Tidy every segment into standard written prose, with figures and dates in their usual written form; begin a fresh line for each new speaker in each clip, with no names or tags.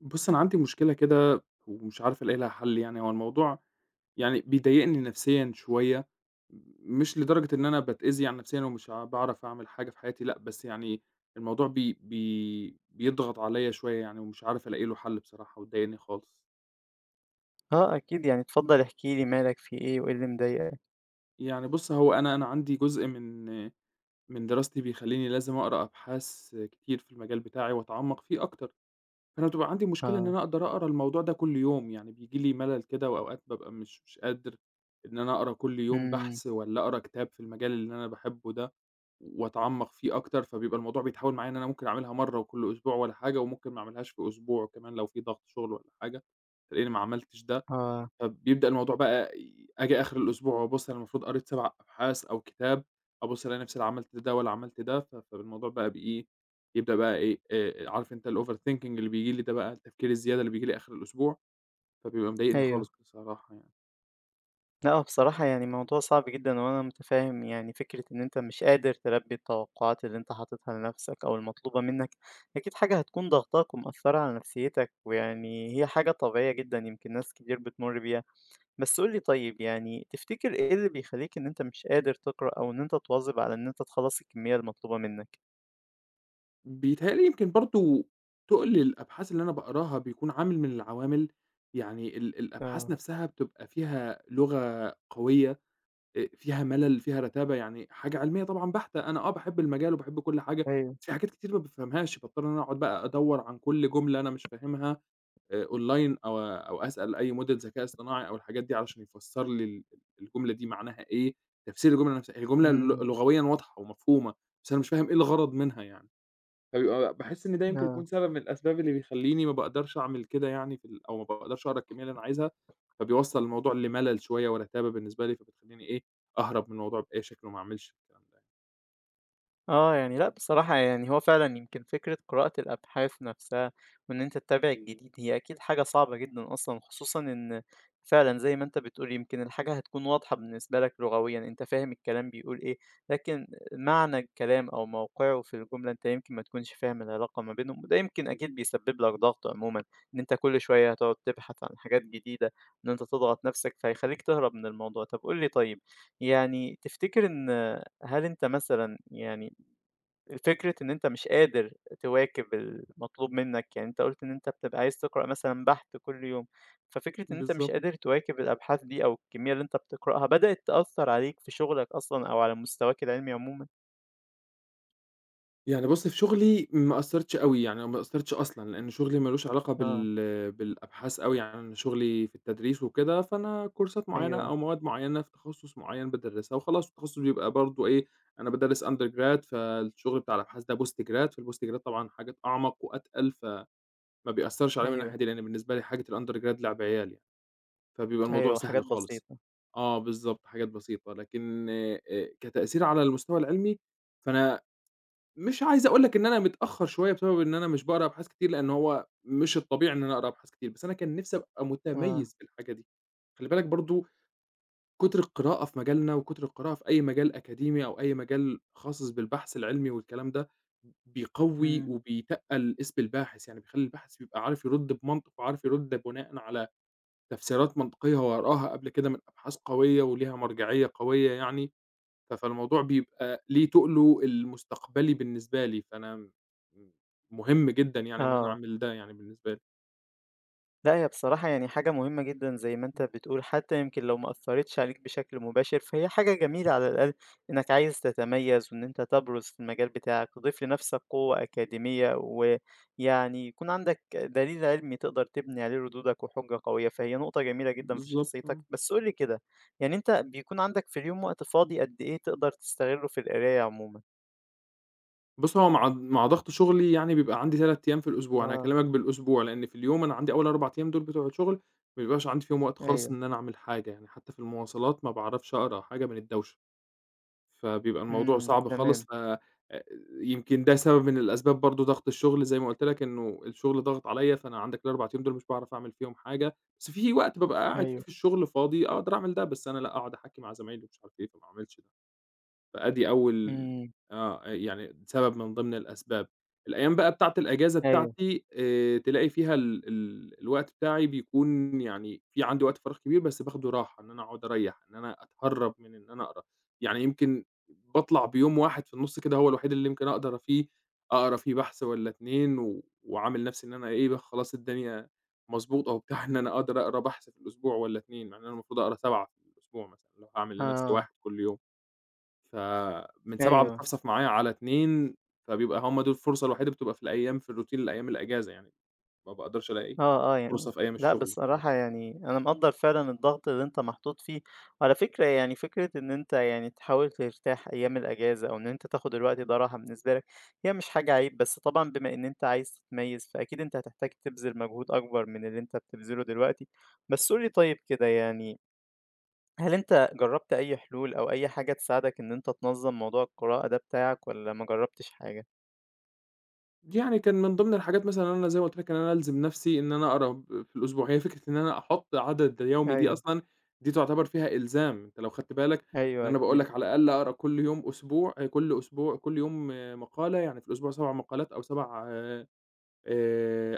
بُص، أنا عندي مشكلة كده ومش عارف ألاقي لها حل يعني، هو الموضوع يعني بيضايقني نفسيًا شوية، مش لدرجة إن أنا باتأذي يعني نفسيًا ومش ع باعرف أعمل حاجة في حياتي لأ، بس يعني الموضوع بي بي بيضغط عليّا شوية يعني ومش عارف ألاقي له حل بصراحة ومضايقني خالص.
آه أكيد، يعني اتفضّل احكِ لي مالك، في إيه وإيه اللي مضايقك؟
يعني بُص، هو أنا عندي جزء من دراستي بيخلّيني لازم أقرا أبحاث كتير في المجال بتاعي وأتعمّق فيه أكتر. أنا بتبقى عندي مشكلة إن
آه،
أنا أقدر أقرا الموضوع ده كل يوم، يعني بييجي لي ملل كده وأوقات بابقى مش قادر إن أنا أقرا كل يوم
إمم،
بحث والّا أقرا كتاب في المجال اللي أنا باحبه ده وأتعمّق فيه أكتر، فبيبقى الموضوع بيتحوّل معايا إن أنا ممكن أعملها مرّة وكل أسبوع والّا حاجة وممكن ما أعملهاش في أسبوع كمان لو في ضغط شُغل والّا حاجة، تلاقيني ما عملتش ده
آه،
فبيبدأ الموضوع بقى آجي آخر الأسبوع وأبُص أنا المفروض قريت 7 أبحاث أو كتاب، أبُص ألاقي نفسي لا عملت ده ولا عملت ده، فالموضوع بقى بإيه، يبدأ بقى إيه، عارف أنت الover thinking اللي بييجي لي ده بقى، التفكير الزيادة اللي بييجي لي آخر الأسبوع، فبيبقى مضايقني
أيوه.
خالص بصراحة يعني.
لأ، هو بصراحة يعني موضوع صعب جدًا وأنا متفهّم يعني فكرة إن أنت مش قادر تلبّي التوقعات اللي أنت حاططها لنَفْسك أو المطلوبة منّك، أكيد حاجة هتكون ضاغطاك ومأثّرة على نفسيّتك، ويعني هي حاجة طبيعية جدًا يمكن ناس كتير بتمُر بيها. بس قُل لي طيب يعني تفتكر إيه اللي بيخلّيك إن أنت مش قادر تقرأ أو إن أنت تواظب على إن أنت تخلّص الكمية المطلوبة منّك؟
بيتهيأ لي يمكن برضه تُقل الأبحاث اللي أنا باقراها بيكون عامل من العوامل، يعني الأبحاث
آه،
نفسها بتبقى فيها لغة قوية فيها ملل، فيها رتابة، يعني حاجة علمية طبعًا بحتة، أنا آه باحب المجال وباحب كل حاجة،
أيوه،
بس في حاجات كتير ما بافهمهاش، باضطر إن أنا أقعد بقى أدوّر عن كل جملة أنا مش فاهمها أونلاين أو أسأل أي موديل ذكاء اصطناعي أو الحاجات دي علشان يفسّر لي الجملة دي معناها إيه، تفسير الجملة نفسها، هي الجملة
إمم،
لغويًا واضحة ومفهومة، بس أنا مش فاهم إيه الغرض منها يعني. فبيبقى باحس إن ده يمكن
آه.
يكون سبب من الأسباب اللي بيخلّيني ما باقدرش أعمل كده يعني في ال أو ما باقدرش أقرا الكمية اللي أنا عايزها، فبيوصّل الموضوع لملل شوية ورتابة بالنسبة لي، فبتخلّيني إيه، أهرب من الموضوع بأي شكل وما أعملش الكلام ده.
آه، يعني لأ بصراحة يعني هو فعلًا يمكن فكرة قراءة الأبحاث نفسها وإن أنت تتابع الجديد هي أكيد حاجة صعبة جدًا أصلًا، خصوصًا إن فعلًا زي ما أنت بتقول يمكن الحاجة هتكون واضحة بالنسبة لك لغويًا، أنت فاهم الكلام بيقول إيه، لكن معنى الكلام أو موقعه في الجملة أنت يمكن ما تكونش فاهم العلاقة ما بينهم، وده يمكن أكيد بيسبب لك ضغط عمومًا، إن أنت كل شوية هتقعد تبحث عن حاجات جديدة، إن أنت تضغط نفسك فهيخليك تهرب من الموضوع. طب قُل لي طيب، يعني تفتكر إن هل أنت مثلًا يعني فكرة إن أنت مش قادر تواكب المطلوب منك، يعني أنت قُلت إن أنت بتبقى عايز تقرأ مثلًا بحث كل يوم، ففكرة إن أنت مش
بالضبط.
قادر تواكب الأبحاث دي أو الكمية اللي أنت بتقرأها بدأت تأثّر عليك في شغلك أصلًا أو على مستواك العلمي عمومًا؟
يعني بُصّي في شغلي ما أثّرتش أوي، يعني ما أثّرتش أصلًا، لإن شغلي ما لوش علاقة
آه،
بالأبحاث أوي، يعني أنا شغلي في التدريس وكده، فأنا كورسات معيّنة
أيوه،
أو مواد معيّنة في تخصُّص معيّن بادرّسها وخلاص، التخصُّص بيبقى برضه إيه، أنا بادرّس undergrad فالشغل بتاع الأبحاث ده postgrad، فالpostgrad طبعًا حاجات أعمق وأتقل، فما بيأثّرش عليَّ من
أيوه،
الناحية دي، لإن بالنسبة لي حاجة الundergrad لعب عيال يعني، فبيبقى الموضوع
أيوه، حاجات
سهل خالص.
بسيطة.
آه بالضبط، حاجات بسيطة، لكن كتأثير على المستوى العلمي، فأنا مش عايز أقول لك إن أنا متأخّر شوية بسبب إن أنا مش باقرا أبحاث كتير، لإن هو مش الطبيعي إن أنا أقرا أبحاث كتير، بس أنا كان نِفْسي أبقى
آه،
متميّز في الحاجة دي. خلّي بالك برضه كُتر القراءة في مجالنا وكُتر القراءة في أي مجال أكاديمي أو أي مجال خاص بالبحث العلمي والكلام ده، بيقوّي
إمم،
وبيتقّل اسم الباحث، يعني بيخلّي الباحث بيبقى عارف يرُد بمنطق وعارف يرُد بناءً على تفسيرات منطقية هو قراها قبل كده من أبحاث قوية وليها مرجعية قوية يعني. فالموضوع بيبقى ليه تُقله المستقبلي بالنسبة لي، فأنا مهم جدًا يعني إن أنا
آه.
أعمل ده يعني بالنسبة لي.
لأ، هي بصراحة يعني حاجة مهمة جدًا زي ما أنت
إمم.
بتقول، حتى يمكن لو ما أثّرتش عليك بشكل مباشر، فهي حاجة جميلة على الأقل إنك عايز تتميّز وإن أنت تبرز في المجال بتاعك، تضيف لنفسك قوة أكاديمية، ويعني يكون عندك دليل علمي تقدر تبني عليه ردودك وحجة قوية، فهي نقطة جميلة جدًا في
بالضبط
شخصيتك.
آه.
بس قُل لي كده، يعني أنت بيكون عندك في اليوم وقت فاضي قد إيه تقدر تستغله في القراية عمومًا؟
بُص، هو مع ضغط شغلي يعني بيبقى عندي 3 أيام في الأسبوع، أنا
آه،
هاكلمك بالأسبوع، لإن في اليوم أنا عندي أول 4 أيام دول بتوع الشغل ما بيبقاش عندي فيهم وقت خالص
أيوه،
إن أنا أعمل حاجة، يعني حتى في المواصلات ما باعرفش أقرا حاجة من الدوشة. فبيبقى الموضوع
إمم،
صعب خالص،
تمام،
ف يمكن ده سبب من الأسباب برضه ضغط الشغل زي ما قُلت لك إنه الشغل ضاغط عليّا، فأنا عندك ال4 أيام دول مش باعرف أعمل فيهم حاجة، بس في وقت بابقى إمم. قاعد فيه
أيوه،
في الشغل فاضي أقدر أعمل ده، بس أنا لأ، أقعد أحَكّي مع زمايلي ومش عارف إيه، فما اعملش ده. فأدي أول
إمم،
آه، يعني سبب من ضمن الأسباب. الأيام بقى بتاعة الأجازة
أيوه،
بتاعتي تلاقي فيها ال ال الوقت بتاعي بيكون يعني في عندي وقت فراغ كبير، بس باخده راحة، إن أنا أقعد أريّح، إن أنا أتهرّب من إن أنا أقرا. يعني يمكن باطلع بيوم واحد في النُص كده هو الوحيد اللي يمكن أقدر فيه أقرا فيه بحث والّا 2 وعامل نَفْسي إن أنا إيه بقى خلاص الدنيا مضبوطة وبتاع، إن أنا أقدر أقرا بحث في الأسبوع والّا 2 مع إن أنا المفروض أقرا 7 في الأسبوع مثلًا، لو هاعمل لنَفْسي
آه،
واحد كل يوم. فمن 7
أيوه.
بتصفصف معايا على 2، فبيبقى هم دول الفرصة الوحيدة بتبقى في الأيام في الروتين الأيام الأجازة يعني، ما باقدرش ألاقي
آه، آه، يعني
فرصة في أيام
لأ
الشغل ذات
بصراحة
نفسه.
يعني أنا مقدّر فعلًا الضغط اللي أنت محطوط فيه، وعلى فكرة يعني فكرة إن أنت يعني تحاول ترتاح أيام الأجازة أو إن أنت تاخد الوقت ده راحة بالنسبة لك، هي مش حاجة عيب، بس طبعًا بما إن أنت عايز تتميّز فأكيد أنت هتحتاج تبذل مجهود أكبر من اللي أنت بتبذله دلوقتي، بس قُل لي طيب كده يعني هل أنت جرّبت أي حلول أو أي حاجة تساعدك إن أنت تنظّم موضوع القراءة ده بتاعك والّا ما جرّبتش حاجة؟
دي يعني كان من ضمن الحاجات مثلًا إن أنا زي ما قُلت لك إن أنا ألزم نفسي إن أنا أقرا في الأسبوع، هي فكرة إن أنا أحُط عدد يومي دي
أيوه،
أصلًا دي تعتبر فيها إلزام، أنت لو خدت بالك إن
أيوه
أنا باقول
أكيد،
لك على الأقل أقرا كل يوم أسبوع كل أسبوع كل يوم آه، مقالة، يعني في الأسبوع 7 مقالات أو 7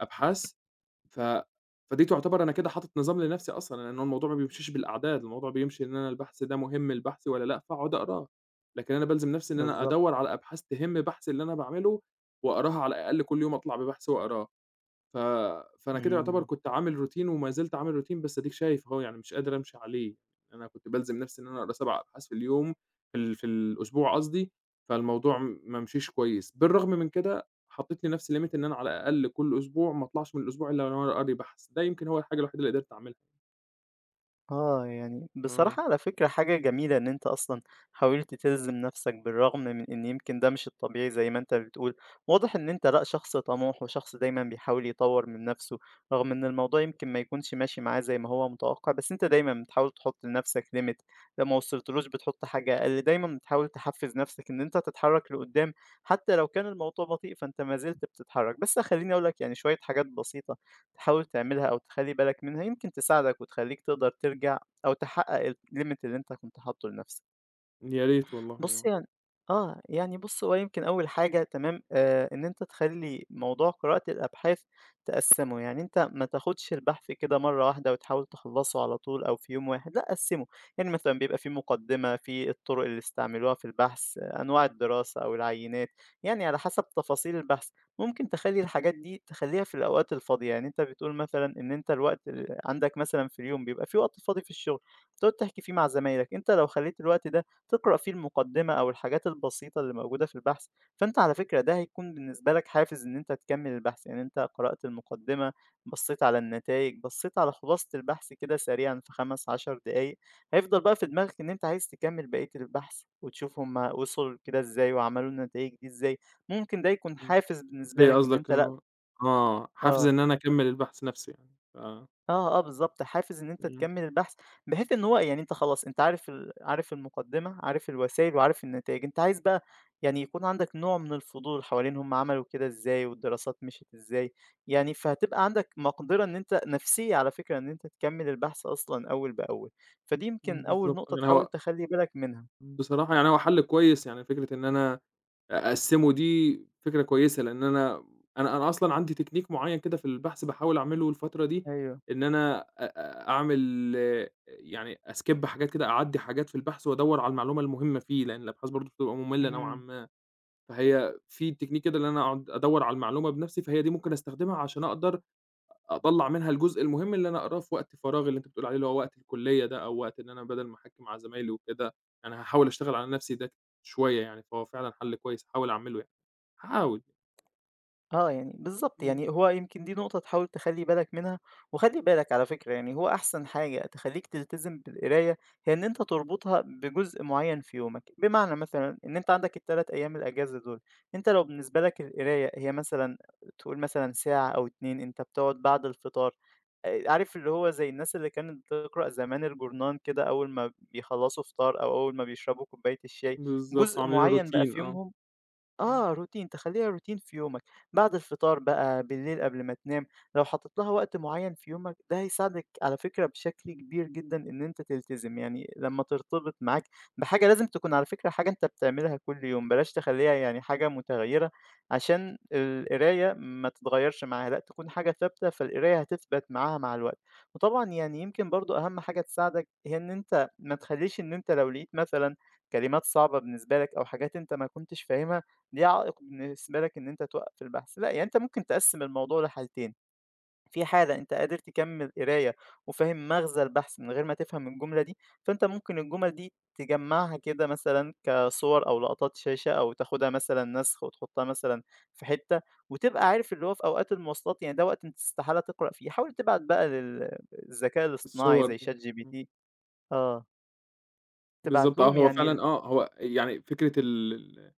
أبحاث. ف فدي تعتبر أنا كده حاطط نظام لنفسي أصلًا، لأن هو الموضوع ما بيمشيش بالأعداد، الموضوع بيمشي إن أنا البحث ده مهم لبحثي والّا لأ، فاقعد أقراه، لكن أنا بالزم نفسي إن أنا
بالضبط،
أدوّر على أبحاث تهم بحثي اللي أنا باعمله وأقراها على الأقل كل يوم أطلع ببحث وأقراه. ف فأنا كده يعتبر
إمم.
كنت عامل routine وما زلت عامل routine بس أديك شايف أهو يعني مش قادر أمشي عليه، أنا كنت بالزم نفسي إن أنا أقرا 7 أبحاث في اليوم في في الأسبوع قصدي، فالموضوع ما مشيش كويس، بالرغم من كده حطيت لنفسي limit إن أنا على الأقل كل أسبوع ما أطلعش من الأسبوع إلا وأنا قاري بحث، ده يمكن هو الحاجة الوحيدة اللي قدرت أعملها.
آه، يعني
آه،
بصراحة على فكرة حاجة جميلة إن أنت أصلًا حاولت تلزم نفسك بالرغم من إن يمكن ده مش الطبيعي زي ما أنت بتقول، واضح إن أنت لأ شخص طموح وشخص دايمًا بيحاول يطوّر من نفسه، رغم إن الموضوع يمكن ما يكونش ماشي معاه زي ما هو متوقع، بس أنت دايمًا بتحاول تحط لنفسك limit لو ما وصلتلوش بتحط حاجة أقل، دايمًا بتحاول تحفز نفسك إن أنت تتحرك لقدام حتى لو كان الموضوع بطيء فأنت ما زلت بتتحرك، بس خلّيني أقول لك يعني شوية حاجات بسيطة تحاول تعملها أو تخلّي بالك منها يمكن تساعدك وتخلّيك تقدر ترجع أو تحقق الlimit اللي أنت كنت حاطّه لنفسك.
يا ريت والله
بُصّي
آه،
يعني آه، يعني بُصّ هو يمكن أول حاجة تمام، إن أنت تخلّي موضوع قراءة الأبحاث تقسّمه، يعني أنت ما تاخدش البحث كده مرّة واحدة وتحاول تخلّصه على طول أو في يوم واحد، لأ قسّمه، يعني مثلًا بيبقى في مقدمة، في الطرق اللي استعملوها في البحث، آه، أنواع الدراسة أو العينات، يعني على حسب تفاصيل البحث. ممكن تخلّي الحاجات دي تخلّيها في الأوقات الفاضية، يعني أنت بتقول مثلًا إن أنت الوقت اللي عندك مثلًا في اليوم بيبقى في وقت فاضي في الشغل، بتقعد تحكي فيه مع زمايلك، أنت لو خلّيت الوقت ده تقرأ فيه المقدمة أو الحاجات البسيطة اللي موجودة في البحث فأنت على فكرة ده هيكون بالنسبة لك حافز إن أنت تكمل البحث يعني أنت قرأت المقدمة بصيت على النتائج بصيت على خلاصة البحث كده سريعا في 15 دقايق هيفضل بقى في دماغك إن أنت عايز تكمل بقية البحث وتشوف هما وصلوا كده إزاي وعملوا النتائج دي إزاي ممكن ده يكون
إمم،
حافز بالنسبة
زي
لك إن
قصدك
أنت لأ
إنه آه، حافز
آه
إن أنا أكمل البحث نفسه يعني، ف
آه، آه، بالضبط، حافز إن أنت
إمم،
تكمّل البحث، بحيث إن هو يعني أنت خلاص أنت عارف عارف المقدمة، عارف الوسايل وعارف النتايج، أنت عايز بقى يعني يكون عندك نوع من الفضول حوالين هُم عملوا كده إزاي والدراسات مشيت إزاي، يعني فهتبقى عندك مقدرة إن أنت نفسية على فكرة إن أنت تكمّل البحث أصلًا أول بأول، فدي يمكن أول
بالضبط
نقطة
يعني
تحاول
هو
تخلّي بالك منها.
بصراحة يعني هو حل كويس يعني فكرة إن أنا أقسّمه دي فكرة كويسة، لإن أنا أنا أصلًا عندي تكنيك معيّن كده في البحث باحاول أعمله الفترة دي،
أيوه،
إن أنا أ أ أعمل آه، يعني أskip حاجات كده، أعدّي حاجات في البحث وأدوّر على المعلومة المهمة فيه، لإن الأبحاث برضه بتبقى مملة نوعًا
إمم.
ما، فهي في تكنيك كده إن أنا أقعد أدوّر على المعلومة بنفسي، فهي دي ممكن أستخدمها عشان أقدر أطلّع منها الجزء المهم اللي أنا أقراه في وقت فراغي اللي أنت بتقول عليه، اللي هو وقت الكلية ده، أو وقت إن أنا بدل ما أحَكّي مع زمايلي وكده، أنا هاحاول أشتغل على نفسي ده شوية يعني، فهو فعلًا حل كويس هاحاول أعمله يعني. هاحاول،
آه، يعني بالضبط،
إمم،
يعني هو يمكن دي نقطة تحاول تخلّي بالك منها، وخلّي بالك على فكرة يعني هو أحسن حاجة تخلّيك تلتزم بالقراية هي إن أنت تربطها بجزء معيّن في يومك، بمعنى مثلًا إن أنت عندك ال3 أيام الأجازة دول، أنت لو بالنسبة لك القراية هي مثلًا تقول مثلًا ساعة أو 2 أنت بتقعد بعد الفطار، عارف اللي هو زي الناس اللي كانت بتقرأ زمان الجورنان كده أول ما بيخلّصوا فطار أو أول ما بيشربوا كوباية الشاي،
بالضبط،
جزء
عاملينه
معيّن بقى
روتين
في
آه،
يومهم
إمم،
آه، روتين، تخلّيها روتين في يومك، بعد الفطار بقى، بالليل قبل ما تنام، لو حطيت لها وقت معيّن في يومك ده هيساعدك على فكرة بشكل كبير جدًا إن أنت تلتزم، يعني لمّا ترتبط معاك بحاجة لازم تكون على فكرة حاجة أنت بتعملها كل يوم، بلاش تخلّيها يعني حاجة متغيّرة عشان القراية ما تتغيّرش معاها، لأ تكون حاجة ثابتة، فالقراية هتثبت معاها مع الوقت. وطبعًا يعني يمكن برضه أهم حاجة تساعدك هي إن أنت ما تخلّيش إن أنت لو لقيت مثلًا كلمات صعبة بالنسبة لك أو حاجات أنت ما كنتش فاهمها دي عائق بالنسبة لك إن أنت توقف البحث، لأ يعني أنت ممكن تقسّم الموضوع لحالتين، في حالة أنت قادر تكمّل قراية وفاهم مغزى البحث من غير ما تفهم الجملة دي، فأنت ممكن الجمل دي تجمّعها كده مثلًا كصور أو لقطات شاشة أو تاخدها مثلًا نسخ وتحطها مثلًا في حتّة، وتبقى عارف اللي هو في أوقات المواصلات يعني ده وقت أنت استحالة تقرأ فيه، حاول تبعت بقى الذكاء الاصطناعي
الصور
زي
دي، إمم،
ChatGPT آه، تبعت
بالضبط آه،
لهم
هو
يعني ال
فعلًا آه، هو يعني فكرة ال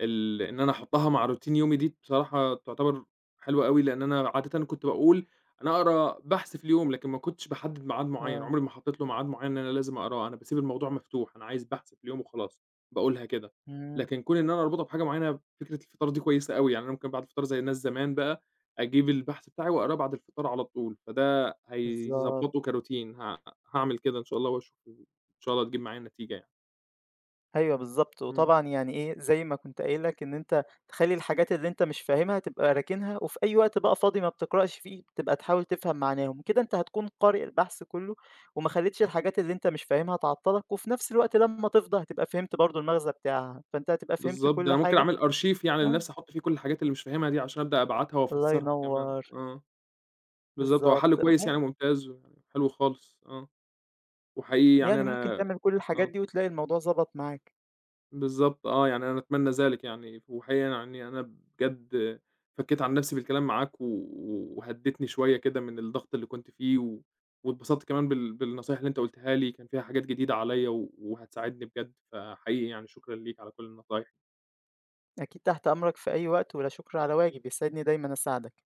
ال إن أنا أحطّها مع روتين يومي دي بصراحة تعتبر حلوة أوي، لإن أنا عادةً كنت باقول أنا أقرا بحث في اليوم، لكن ما كنتش باحدد ميعاد معيّن،
آه،
عمري ما حطيت له ميعاد معيّن إن أنا لازم أقراه، أنا باسيب الموضوع مفتوح، أنا عايز بحث في اليوم وخلاص، باقولها كده.
إمم،
لكن كون إن أنا أربطها بحاجة معيّنة، فكرة الفطار دي كويسة أوي، يعني أنا ممكن بعد الفطار زي الناس زمان بقى، أجيب البحث بتاعي وأقراه بعد الفطار على طول، فده هيضبّطه
بالضبط.
كروتين، هاعمل كده إن شاء الله وأشوف إن شاء الله تجيب معايا نتيجة يعني.
أيوه بالضبط،
إمم.
وطبعًا يعني إيه، زي ما كنت قايل لك إن أنت تخلّي الحاجات اللي أنت مش فاهمها تبقى راكنها، وفي أي وقت بقى فاضي ما بتقرأش فيه بتبقى تحاول تفهم معناهم، كده أنت هتكون قارئ البحث كلّه، وما خليتش الحاجات اللي أنت مش فاهمها تعطّلك، وفي نفس الوقت لمّا تفضى هتبقى فهمت برضه المغزى بتاعها، فأنت هتبقى فهمت
بالضبط، ده
كل
أنا ممكن
حاجة
أعمل أرشيف يعني
آه،
لنفسي أحُط فيه كل الحاجات اللي مش فاهمها دي عشان أبدأ أبعتها
الله
وأفسّرها كمان،
ينوّر،
آه، بالضبط، هو حَل
بالضبط،
كويس يعني
مم
ممتاز ويعني حلو خالص، آه، وحقيقي يعني
يعني ممكن
أنا
تعمل كل الحاجات
آه،
دي وتلاقي الموضوع ضبط معاك،
بالضبط آه، يعني أنا أتمنى ذلك يعني، وحقيقي يعني أنا بجد فكّيت عن نفسي بالكلام معاك وهدّيتني شوية كده من الضغط اللي كنت فيه واتبسطت كمان بالنصايح اللي أنت قُلتها لي، كان فيها حاجات جديدة عليّا وهتساعدني بجد، فحقيقي يعني شكرًا ليك على كل النصايح.
أكيد تحت أمرك في أي وقت، ولا شكر على واجب، يسعدني دايمًا أساعدك.